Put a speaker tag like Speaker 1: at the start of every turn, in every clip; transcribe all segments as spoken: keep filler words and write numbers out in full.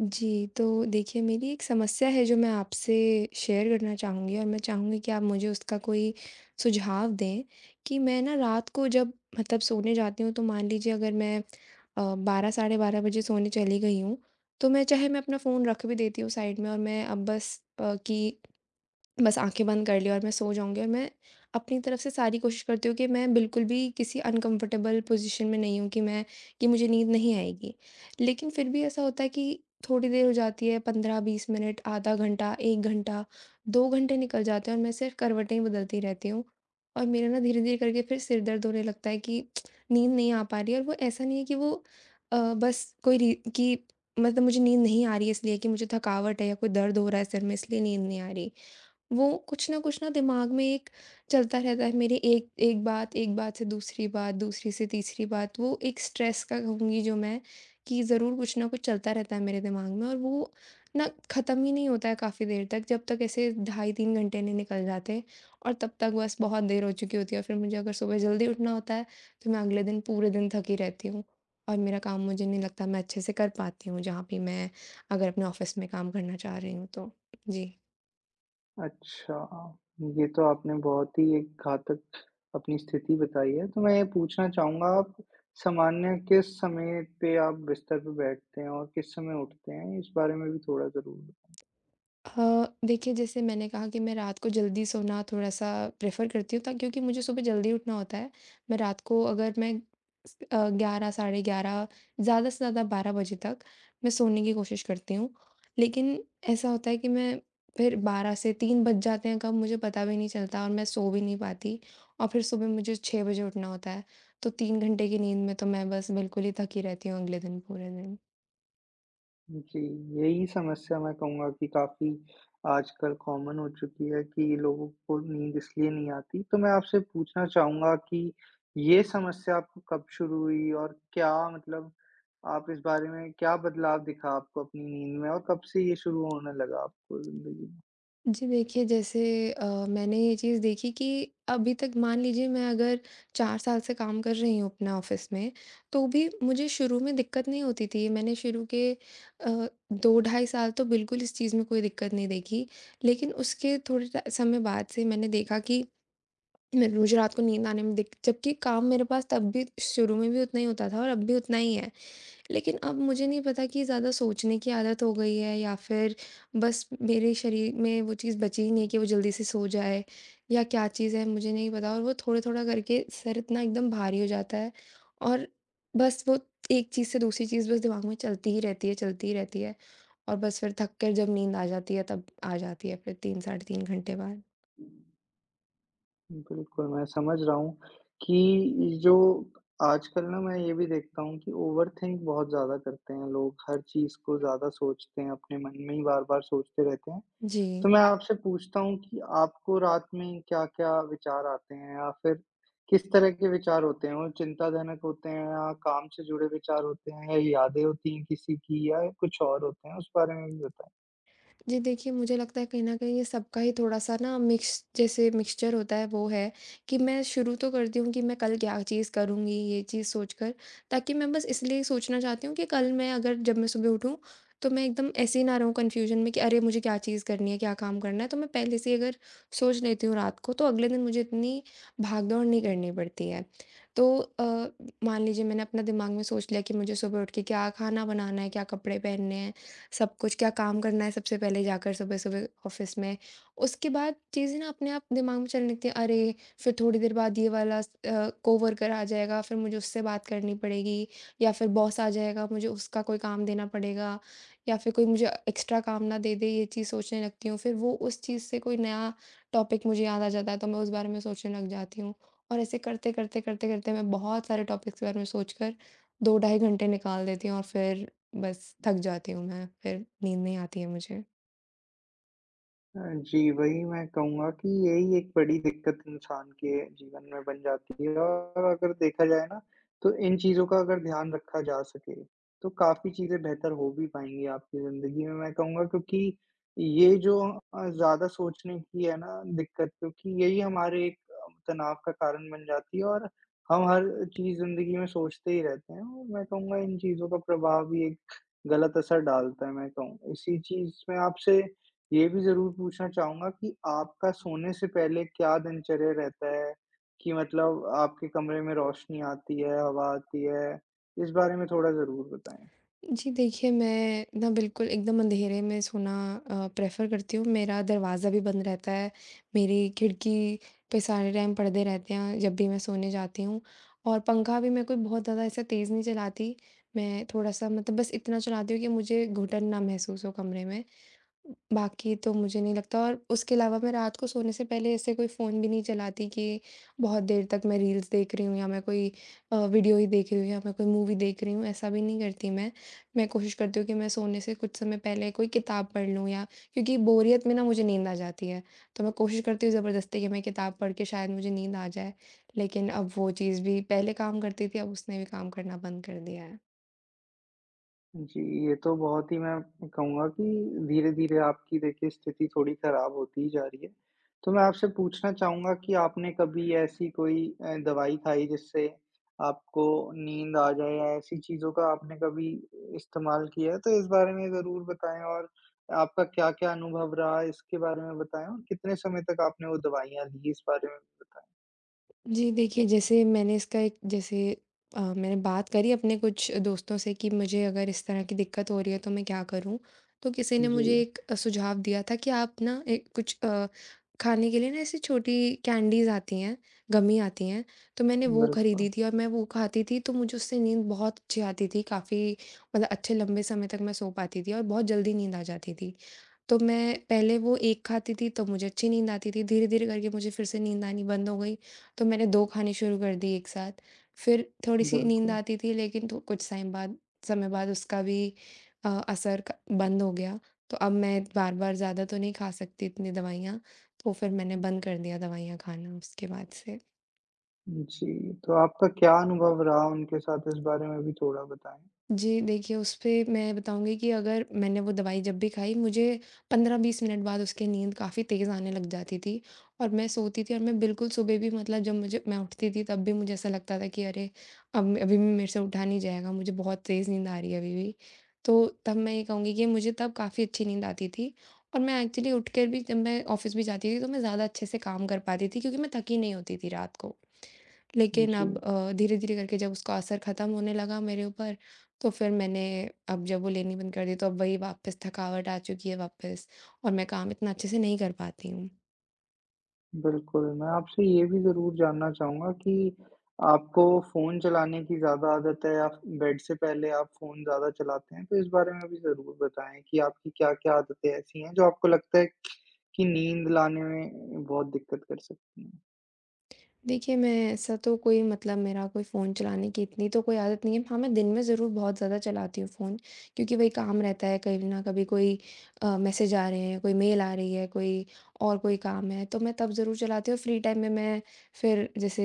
Speaker 1: जी, तो देखिए मेरी एक समस्या है जो मैं आपसे शेयर करना चाहूँगी और मैं चाहूँगी कि आप मुझे उसका कोई सुझाव दें कि मैं ना रात को जब मतलब सोने जाती हूँ तो मान लीजिए, अगर मैं अ, बारह साढ़े बारह बजे सोने चली गई हूँ, तो मैं चाहे मैं अपना फ़ोन रख भी देती हूँ साइड में और मैं अब बस अ, कि बस आँखें बंद कर ली और मैं सो जाऊँगी और मैं अपनी तरफ से सारी कोशिश करती हूँ कि मैं बिल्कुल भी किसी अनकंफर्टेबल पोज़ीशन में नहीं हूँ कि मैं कि मुझे नींद नहीं आएगी। लेकिन फिर भी ऐसा होता है कि थोड़ी देर हो जाती है, पंद्रह बीस मिनट, आधा घंटा, एक घंटा, दो घंटे निकल जाते हैं और मैं सिर्फ़ करवटें ही बदलती रहती हूँ। और मेरा ना धीरे-धीरे करके फिर सिर दर्द होने लगता है कि नींद नहीं आ पा रही है। और वो ऐसा नहीं है कि वो अ, बस कोई री कि मतलब मुझे नींद नहीं आ रही है इसलिए कि मुझे थकावट है या कोई दर्द हो रहा है सिर में, इसलिए नींद नहीं आ रही। वो कुछ ना कुछ ना दिमाग में एक चलता रहता है मेरे, एक एक बात, एक बात से दूसरी बात, दूसरी से तीसरी बात, वो एक स्ट्रेस का कहूँगी जो मैं कि ज़रूर कुछ ना कुछ चलता रहता है मेरे दिमाग में। और वो ना ख़त्म ही नहीं होता है काफ़ी देर तक, जब तक ऐसे ढाई तीन घंटे नहीं निकल जाते। और तब तक बस बहुत देर हो चुकी होती है और फिर मुझे अगर सुबह जल्दी उठना होता है, तो मैं अगले दिन पूरे दिन थकी रहती हूँ। और मेरा काम मुझे नहीं लगता मैं अच्छे से कर पाती हूँ, जहाँ भी मैं अगर अपने ऑफ़िस में काम करना चाह रही हूँ तो। जी।
Speaker 2: अच्छा, ये तो आपने बहुत ही एक घातक अपनी स्थिति बताई है। तो मैं ये पूछना चाहूँगा, आप सामान्य किस समय पे आप बिस्तर पे बैठते हैं और किस समय उठते हैं? इस बारे में भी थोड़ा ज़रूर।
Speaker 1: अ, देखिए, जैसे मैंने कहा कि मैं रात को जल्दी सोना थोड़ा-सा प्रेफ़र करती हूँ ता क्योंकि मुझे सुबह जल्दी उठना होता है। मैं रात को, अगर मैं स अ, ग्यारह साढ़े ग्यारह, ज़्यादा से ज़्यादा बारह बजे तक मैं सोने की कोशिश करती हूँ। लेकिन ऐसा होता है कि मैं फिर बारह से तीन बज जाते हैं, कब मुझे पता भी नहीं चलता और मैं सो भी नहीं पाती। और फिर सुबह मुझे छह बजे उठना होता है। तो तीन घंटे की नींद में तो मैं बस बिल्कुल ही थकी रहती हूँ अगले दिन पूरे दिन।
Speaker 2: जी, यही समस्या मैं कहूँगा कि काफ़ी आजकल कॉमन हो चुकी है कि लोगों को नींद इसलिए नहीं आती। तो मैं आपसे पूछना चाहूँगा कि ये समस्या आपको कब शुरू हुई और क्या मतलब, आप इस बारे में क्या बदलाव दिखा आपको अपनी नींद में और कब से ये शुरू होने लगा आपको ज़िंदगी में?
Speaker 1: जी देखिए, जैसे अ, मैंने ये चीज़ देखी कि अभी तक, मान लीजिए, मैं अगर चार साल से काम कर रही हूँ अपने ऑफ़िस में, तो भी मुझे शुरू में दिक्कत नहीं होती थी। मैंने शुरू के अ, दो ढाई साल तो बिल्कुल इस चीज़ में कोई दिक्कत नहीं देखी। लेकिन उसके थोड़े ट समय बाद से मैंने देखा कि मैं मुझे रात को नींद आने में दिक जबकि काम मेरे पास तब भी, शुरू में भी उतना ही होता था और अब भी उतना ही है। लेकिन अब मुझे नहीं पता कि ज़्यादा सोचने की आदत हो गई है या फिर बस मेरे शरीर में वो चीज़ बची ही नहीं है कि वो जल्दी से सो जाए, या क्या चीज़ है मुझे नहीं पता, और वो थोड़ा-थोड़ा करके सर इतना एकदम भारी हो जाता है। और बस वो एक चीज़ से दूसरी चीज़ बस दिमाग में चलती ही रहती है, चलती ही रहती है। और बस फिर थक कर जब नींद आ जाती है तब आ जाती है, फिर तीन साढ़े तीन घंटे बाद।
Speaker 2: बिल्कुल, मैं समझ रहा हूँ कि जो आजकल ना, मैं ये भी देखता हूँ कि ओवरथिंक बहुत ज़्यादा करते हैं लोग, हर चीज़ को ज़्यादा सोचते हैं, अपने मन में ही बार-बार सोचते रहते हैं।
Speaker 1: जी।
Speaker 2: तो मैं आपसे पूछता हूँ कि आपको रात में क्या-क्या विचार आते हैं या फिर किस तरह के विचार होते हैं? वो चिंताजनक होते हैं या काम से जुड़े विचार होते हैं या यादें होती हैं किसी की या कुछ और होते हैं? उस बारे में भी बताएँ।
Speaker 1: जी देखिए, मुझे लगता है कहीं न कहीं ये सबका ही थोड़ा-सा ना मिक्स, जैसे मिक्सचर होता है वो है, कि मैं शुरू तो करती हूँ कि मैं कल क्या चीज़ करूँगी ये चीज़ सोचकर, ताकि मैं बस इसलिए सोचना चाहती हूँ कि कल मैं अगर, जब मैं सुबह उठूँ, तो मैं एकदम ऐसे ही ना रहूँ कन्फ्यूजन में कि अरे! मुझे क्या चीज़ करनी है, क्या काम करना है? तो मैं पहले से ही अगर सोच लेती हूँ रात को, तो अगले दिन मुझे इतनी भाग-दौड़ नहीं करनी पड़ती है। तो अ, मान लीजिए, मैंने अपना दिमाग में सोच लिया कि मुझे सुबह उठ के क्या खाना बनाना है, क्या कपड़े पहनने हैं, सब कुछ क्या काम करना है सबसे पहले जाकर सुबह-सुबह ऑफ़िस में। उसके बाद चीज़ें ना अपने आप दिमाग में चलने लगती हैं, अरे! फिर थोड़ी देर बाद ये वाला स अ, कोवर्कर आ जाएगा, फिर मुझे उससे बात करनी पड़ेगी, या फिर बॉस आ जाएगा, मुझे उसका कोई काम देना पड़ेगा, या फिर कोई मुझे एक्स्ट्रा काम ना दे दे, ये चीज़ सोचने लगती हूँ। फिर वो उस चीज़ से कोई नया टॉपिक मुझे याद आ जाता है, तो मैं उस बारे में सोचने लग जाती हूँ। और ऐसे करते, करते, करते, करते मैं बहुत सारे टॉपिक्स के बारे में सोचकर दो ढाई घंटे निकाल देती हूँ और फिर बस थक जाती हूँ मैं, फिर नींद नहीं आती है मुझे।
Speaker 2: हाँ जी, वही मैं कहूँगा कि यही एक बड़ी दिक्कत इंसान के जीवन में बन जाती है और अगर देखा जाए ना, तो इन चीज़ों का अगर ध्यान रखा जा सके, तो काफ़ी चीज़ें बेहतर हो भी पाएँगी आपकी ज़िंदगी में, मैं कहूँगा क्योंकि ये जो अ, ज़्यादा सोचने की है ना दिक्कत, क्योंकि यही हमारे एक तनाव का कारण बन जाती है और हम हर चीज़ ज़िंदगी में सोचते ही रहते हैं और मैं कहूँगा इन चीज़ों का प्रभाव भी एक गलत असर डालता है, मैं कहूँ। इसी चीज़ में आपसे ये भी ज़रूर पूछना चाहूँगा कि आपका सोने से पहले क्या दिनचर्या रहता है? कि मतलब आपके कमरे में रोशनी आती है, हवा आती है? इस बारे में थोड़ा ज़रूर बताएँ।
Speaker 1: जी देखिए, मैं ना बिल्कुल एकदम अंधेरे में सोना अ, प्रेफ़र करती हूँ। मेरा दरवाज़ा भी बंद रहता है, मेरी खिड़की पे सारे टाइम पर्दे रहते हैं जब भी मैं सोने जाती हूँ, और पंखा भी मैं कोई बहुत ज़्यादा ऐसा तेज़ नहीं चलाती। मैं थोड़ा-सा मतलब बस इतना चलाती हूँ कि मुझे घुटन ना महसूस हो कमरे में, बाकी तो मुझे नहीं लगता। और उसके अलावा मैं रात को सोने से पहले ऐसे कोई फ़ोन भी नहीं चलाती कि बहुत देर तक मैं रील्स देख रही हूँ, या मैं कोई अ, वीडियो ही देख रही हूँ, या मैं कोई मूवी देख रही हूँ, ऐसा भी नहीं करती मैं। मैं कोशिश करती हूँ कि मैं सोने से कुछ समय पहले कोई किताब पढ़ लूँ, या क्योंकि बोरियत में ना मुझे नींद आ जाती है, तो मैं कोशिश करती हूँ ज़बरदस्ती कि मैं किताब पढ़ के शायद मुझे नींद आ जाए। लेकिन अब वो चीज़ भी पहले काम करती थी, अब उसने भी काम करना बंद कर दिया है।
Speaker 2: जी, ये तो बहुत ही मैं कहूँगा कि धीरे-धीरे आपकी देखिए स्थिति थोड़ी खराब होती ही जा रही है। तो मैं आपसे पूछना चाहूँगा कि आपने कभी ऐसी कोई अ, दवाई खाई जिससे आपको नींद आ जाए या ऐसी चीज़ों का आपने कभी इस्तेमाल किया है? तो इस बारे में ज़रूर बताएँ और आपका क्या-क्या अनुभव रहा इसके बारे में बताएँ और कितने समय तक आपने वो दवाइयाँ ली इस बारे में बताएँ?
Speaker 1: जी, देखिए, जैसे मैंने इसका एक, जैसे अ, मैंने बात करी अपने कुछ दोस्तों से कि मुझे अगर इस तरह की दिक्कत हो रही है तो मैं क्या करूँ? तो किसी ने मुझे
Speaker 2: जी,
Speaker 1: एक अ, सुझाव दिया था कि आप ना एक कुछ अ, खाने के लिए ना, ऐसी छोटी कैंडीज़ आती हैं, गमी आती हैं, तो मैंने वो
Speaker 2: बिल्कुल,
Speaker 1: खरीदी थी और मैं वो खाती थी तो मुझे उससे नींद बहुत अच्छी आती थी, काफ़ी मतलब अच्छे लंबे समय तक मैं सो पाती थी और बहुत जल्दी नींद आ जाती थी। तो मैं पहले वो एक खाती थी तब मुझे अच्छी नींद आती थी, धीरे-धीरे करके मुझे फिर से नींद आनी बंद हो गई, तो मैंने दो खानी शुरू कर दी एक साथ। फिर थोड़ी-सी नींद
Speaker 2: बिल्कुल।
Speaker 1: आती थी, लेकिन थो कुछ टाइम बाद समय बाद उसका भी अ, असर क बंद हो गया, तो अब मैं बार-बार ज़्यादा तो नहीं खा सकती इतनी दवाइयाँ, तो फिर मैंने बंद कर दिया दवाइयाँ खाना उसके बाद से।
Speaker 2: जी, तो आपका क्या अनुभव रहा उनके साथ, इस बारे में भी थोड़ा बताएँ?
Speaker 1: जी, देखिए, उस पे मैं बताऊँगी कि अगर मैंने वो दवाई जब भी खाई, मुझे पंद्रह बीस मिनट बाद उसकी नींद काफ़ी तेज़ आने लग जाती थी, और मैं सोती थी और मैं बिल्कुल सुबह भी, मतलब जब मुझे मैं उठती थी, तब भी मुझे ऐसा लगता था कि अरे! अब अभी भी मेरे से उठा नहीं जाएगा, मुझे बहुत तेज़ नींद आ रही है अभी भी। तो तब मैं ये कहूँगी कि मुझे तब काफ़ी अच्छी नींद आती थी, और मैं एक्चुअली उठकर भी, जब मैं ऑफ़िस भी जाती थी, तो मैं ज़्यादा अच्छे से काम कर पाती थी क्योंकि मैं थकी नहीं होती थी रात को। लेकिन
Speaker 2: जी,
Speaker 1: अब अ, धीरे-धीरे करके जब उसका असर ख़त्म होने लगा मेरे ऊपर, तो फिर मैंने, अब जब वो लेनी बंद कर दी, तो अब वही वापस थकावट आ चुकी है वापस और मैं काम इतना अच्छे से नहीं कर पाती हूँ।
Speaker 2: बिल्कुल, मैं आपसे ये भी ज़रूर जानना चाहूँगा कि आपको फ़ोन चलाने की ज़्यादा आदत है या बेड से पहले आप फ़ोन ज़्यादा चलाते हैं? तो इस बारे में भी ज़रूर बताएँ कि आपकी क्या-क्या आदतें ऐसी हैं जो आपको लगता है कि नींद लाने में बहुत दिक्कत कर सकती हैं?
Speaker 1: देखिए, मैं ऐसा तो कोई मतलब मेरा कोई फ़ोन चलाने की इतनी तो कोई आदत नहीं है। हाँ, मैं दिन में ज़रूर बहुत ज़्यादा चलाती हूँ फ़ोन क्योंकि वही काम रहता है, कहीं न कभी कोई अ, मैसेज आ रहे हैं, कोई मेल आ रही है, कोई और कोई काम है, तो मैं तब ज़रूर चलाती हूँ। फ्री टाइम में मैं फिर, जैसे,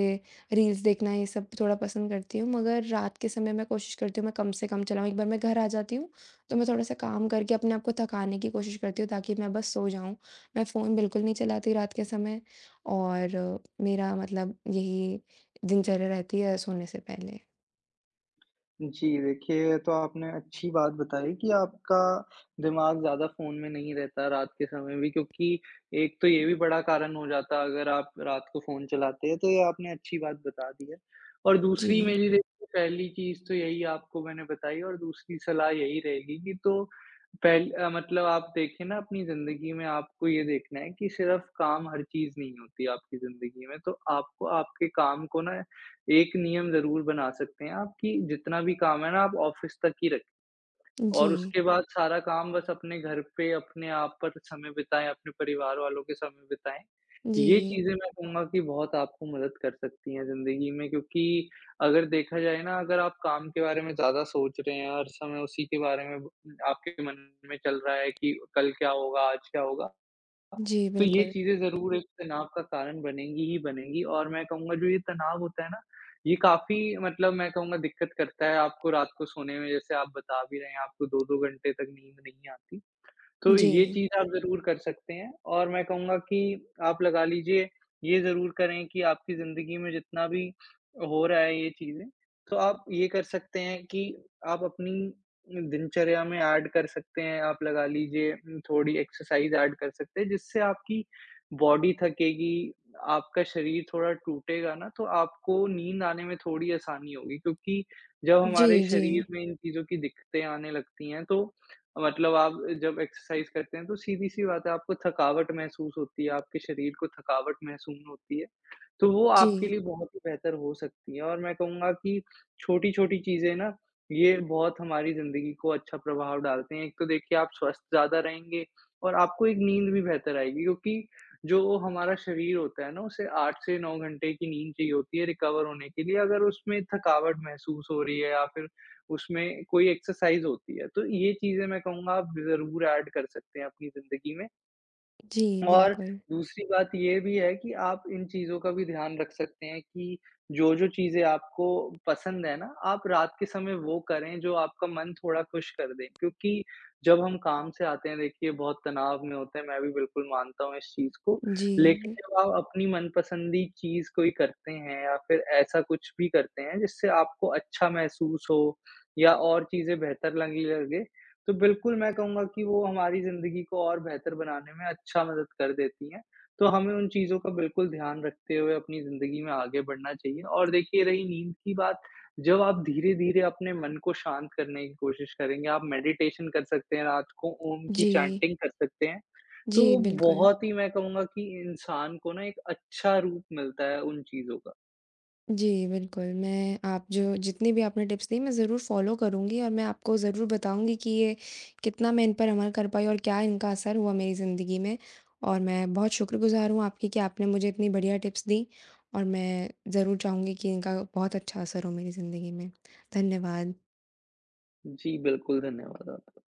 Speaker 1: रील्स देखना ये सब थोड़ा पसंद करती हूँ, मगर रात के समय मैं कोशिश करती हूँ मैं कम से कम चलाऊँ। एक बार मैं घर आ जाती हूँ, तो मैं थोड़ा-सा काम करके अपने आप को थकाने की कोशिश करती हूँ ताकि मैं बस सो जाऊँ। मैं फ़ोन बिल्कुल नहीं चलाती रात के समय। और अ, मेरा मतलब यही दिनचर्या रहती है सोने से पहले।
Speaker 2: जी, देखिए ये तो आपने अच्छी बात बताई कि आपका दिमाग ज़्यादा फ़ोन में नहीं रहता रात के समय भी, क्योंकि एक तो ये भी बड़ा कारण हो जाता अगर आप रात को फ़ोन चलाते हैं, तो ये आपने अच्छी बात बता दी है। और
Speaker 1: जी।
Speaker 2: दूसरी मेरी देखिए पहली चीज़ तो यही आपको मैंने बताई और दूसरी सलाह यही रहेगी कि तो पहल अ, मतलब आप देखें ना अपनी ज़िंदगी में, आपको ये देखना है कि सिर्फ़ काम हर चीज़ नहीं होती आपकी ज़िंदगी में, तो आपको आपके काम को ना एक नियम ज़रूर बना सकते हैं आप कि जितना भी काम है ना आप ऑफ़िस तक ही रखें
Speaker 1: जी।
Speaker 2: और उसके बाद सारा काम बस अपने घर पे अपने आप पर समय बिताएँ, अपने परिवार वालों के समय बिताएँ। ये
Speaker 1: जी।
Speaker 2: चीज़ें मैं कहूँगा कि बहुत आपको मदद कर सकती हैं ज़िंदगी में, क्योंकि अगर देखा जाए ना, अगर आप काम के बारे में ज़्यादा सोच रहे हैं, हर समय उसी के बारे में ब, आपके मन में चल रहा है कि कल क्या होगा, आज क्या होगा?
Speaker 1: जी,
Speaker 2: तो ये
Speaker 1: बिल्कुल।
Speaker 2: चीज़ें ज़रूर एक तनाव का कारण बनेंगी ही बनेंगी और मैं कहूँगा जो ये तनाव होता है ना, ये काफ़ी मतलब मैं कहूँगा दिक्कत करता है आपको रात को सोने में। जैसे आप बता भी रहे हैं आपको दो दो घंटे तक नींद नहीं आती। तो ये
Speaker 1: जी।
Speaker 2: चीज़ आप ज़रूर कर सकते हैं और मैं कहूँगा कि आप लगा लीजिए, ये ज़रूर करें कि आपकी ज़िंदगी में जितना भी हो रहा है ये चीज़ें, तो आप ये कर सकते हैं कि आप अपनी दिनचर्या में ऐड कर सकते हैं। आप लगा लीजिए उम, थोड़ी एक्सरसाइज़ ऐड कर सकते हैं, जिससे आपकी बॉडी थकेगी, आपका शरीर थोड़ा टूटेगा ना, तो आपको नींद आने में थोड़ी आसानी होगी, क्योंकि जब
Speaker 1: जी,
Speaker 2: हमारे
Speaker 1: जी।
Speaker 2: शरीर में इन चीज़ों की दिक्कतें आने लगती हैं, तो मतलब आप जब एक्सरसाइज़ करते हैं तो सीधी-सी बात है आपको थकावट महसूस होती है, आपके शरीर को थकावट महसूस होती है। तो वो
Speaker 1: जी।
Speaker 2: आपके लिए बहुत ही बेहतर हो सकती है और मैं कहूँगा कि छोटी-छोटी चीज़ें ना, ये बहुत हमारी ज़िंदगी को अच्छा प्रभाव डालते हैं। एक तो देखिए आप स्वस्थ ज़्यादा रहेंगे और आपको एक नींद भी बेहतर आएगी, क्योंकि जो हमारा शरीर होता है ना, उसे आठ से नौ घंटे की नींद चाहिए होती है रिकवर होने के लिए। अगर उसमें थकावट महसूस हो रही है या फिर उसमें कोई एक्सरसाइज़ होती है, तो ये चीज़ें मैं कहूँगा आप ज़रूर ऐड कर सकते हैं अपनी ज़िंदगी में।
Speaker 1: जी,
Speaker 2: और
Speaker 1: बिल्कुल।
Speaker 2: दूसरी बात ये भी है कि आप इन चीज़ों का भी ध्यान रख सकते हैं कि जो-जो चीज़ें आपको पसंद है ना, आप रात के समय वो करें जो आपका मन थोड़ा खुश कर दें। क्योंकि जब हम काम से आते हैं देखिए बहुत तनाव में होते हैं, मैं भी बिल्कुल मानता हूँ इस चीज़ को।
Speaker 1: जी, बि
Speaker 2: लेकिन जब आप अपनी मनपसंदी चीज़ कोई करते हैं या फिर ऐसा कुछ भी करते हैं जिससे आपको अच्छा महसूस हो या और चीज़ें बेहतर लगने लगे, तो बिल्कुल मैं कहूँगा कि वो हमारी ज़िंदगी को और बेहतर बनाने में अच्छा मदद कर देती हैं। तो हमें उन चीज़ों का बिल्कुल ध्यान रखते हुए अपनी ज़िंदगी में आगे बढ़ना चाहिए और देखिए रही नींद की बात, जब आप धीरे-धीरे अपने मन को शांत करने की कोशिश करेंगे, आप मेडिटेशन कर सकते हैं, रात को ओम की
Speaker 1: जी।
Speaker 2: चैंटिंग कर सकते हैं, तो
Speaker 1: जी,
Speaker 2: वो
Speaker 1: बिल्कुल।
Speaker 2: बहुत ही मैं कहूँगा कि इंसान को ना एक अच्छा रूप मिलता है उन चीज़ों का।
Speaker 1: जी, बिल्कुल। मैं आप, जो जितनी भी आपने टिप्स दी, मैं ज़रूर फ़ॉलो करूँगी और मैं आपको ज़रूर बताऊँगी कि ये कितना मैं इन पर अमल कर पाई और क्या इनका असर हुआ मेरी ज़िंदगी में। और मैं बहुत शुक्रगुज़ार हूँ आपकी कि आपने मुझे इतनी बढ़िया टिप्स दी, और मैं ज़रूर चाहूँगी कि इनका बहुत अच्छा असर हो मेरी ज़िंदगी में। धन्यवाद।
Speaker 2: जी, बिल्कुल, धन्यवाद आपका।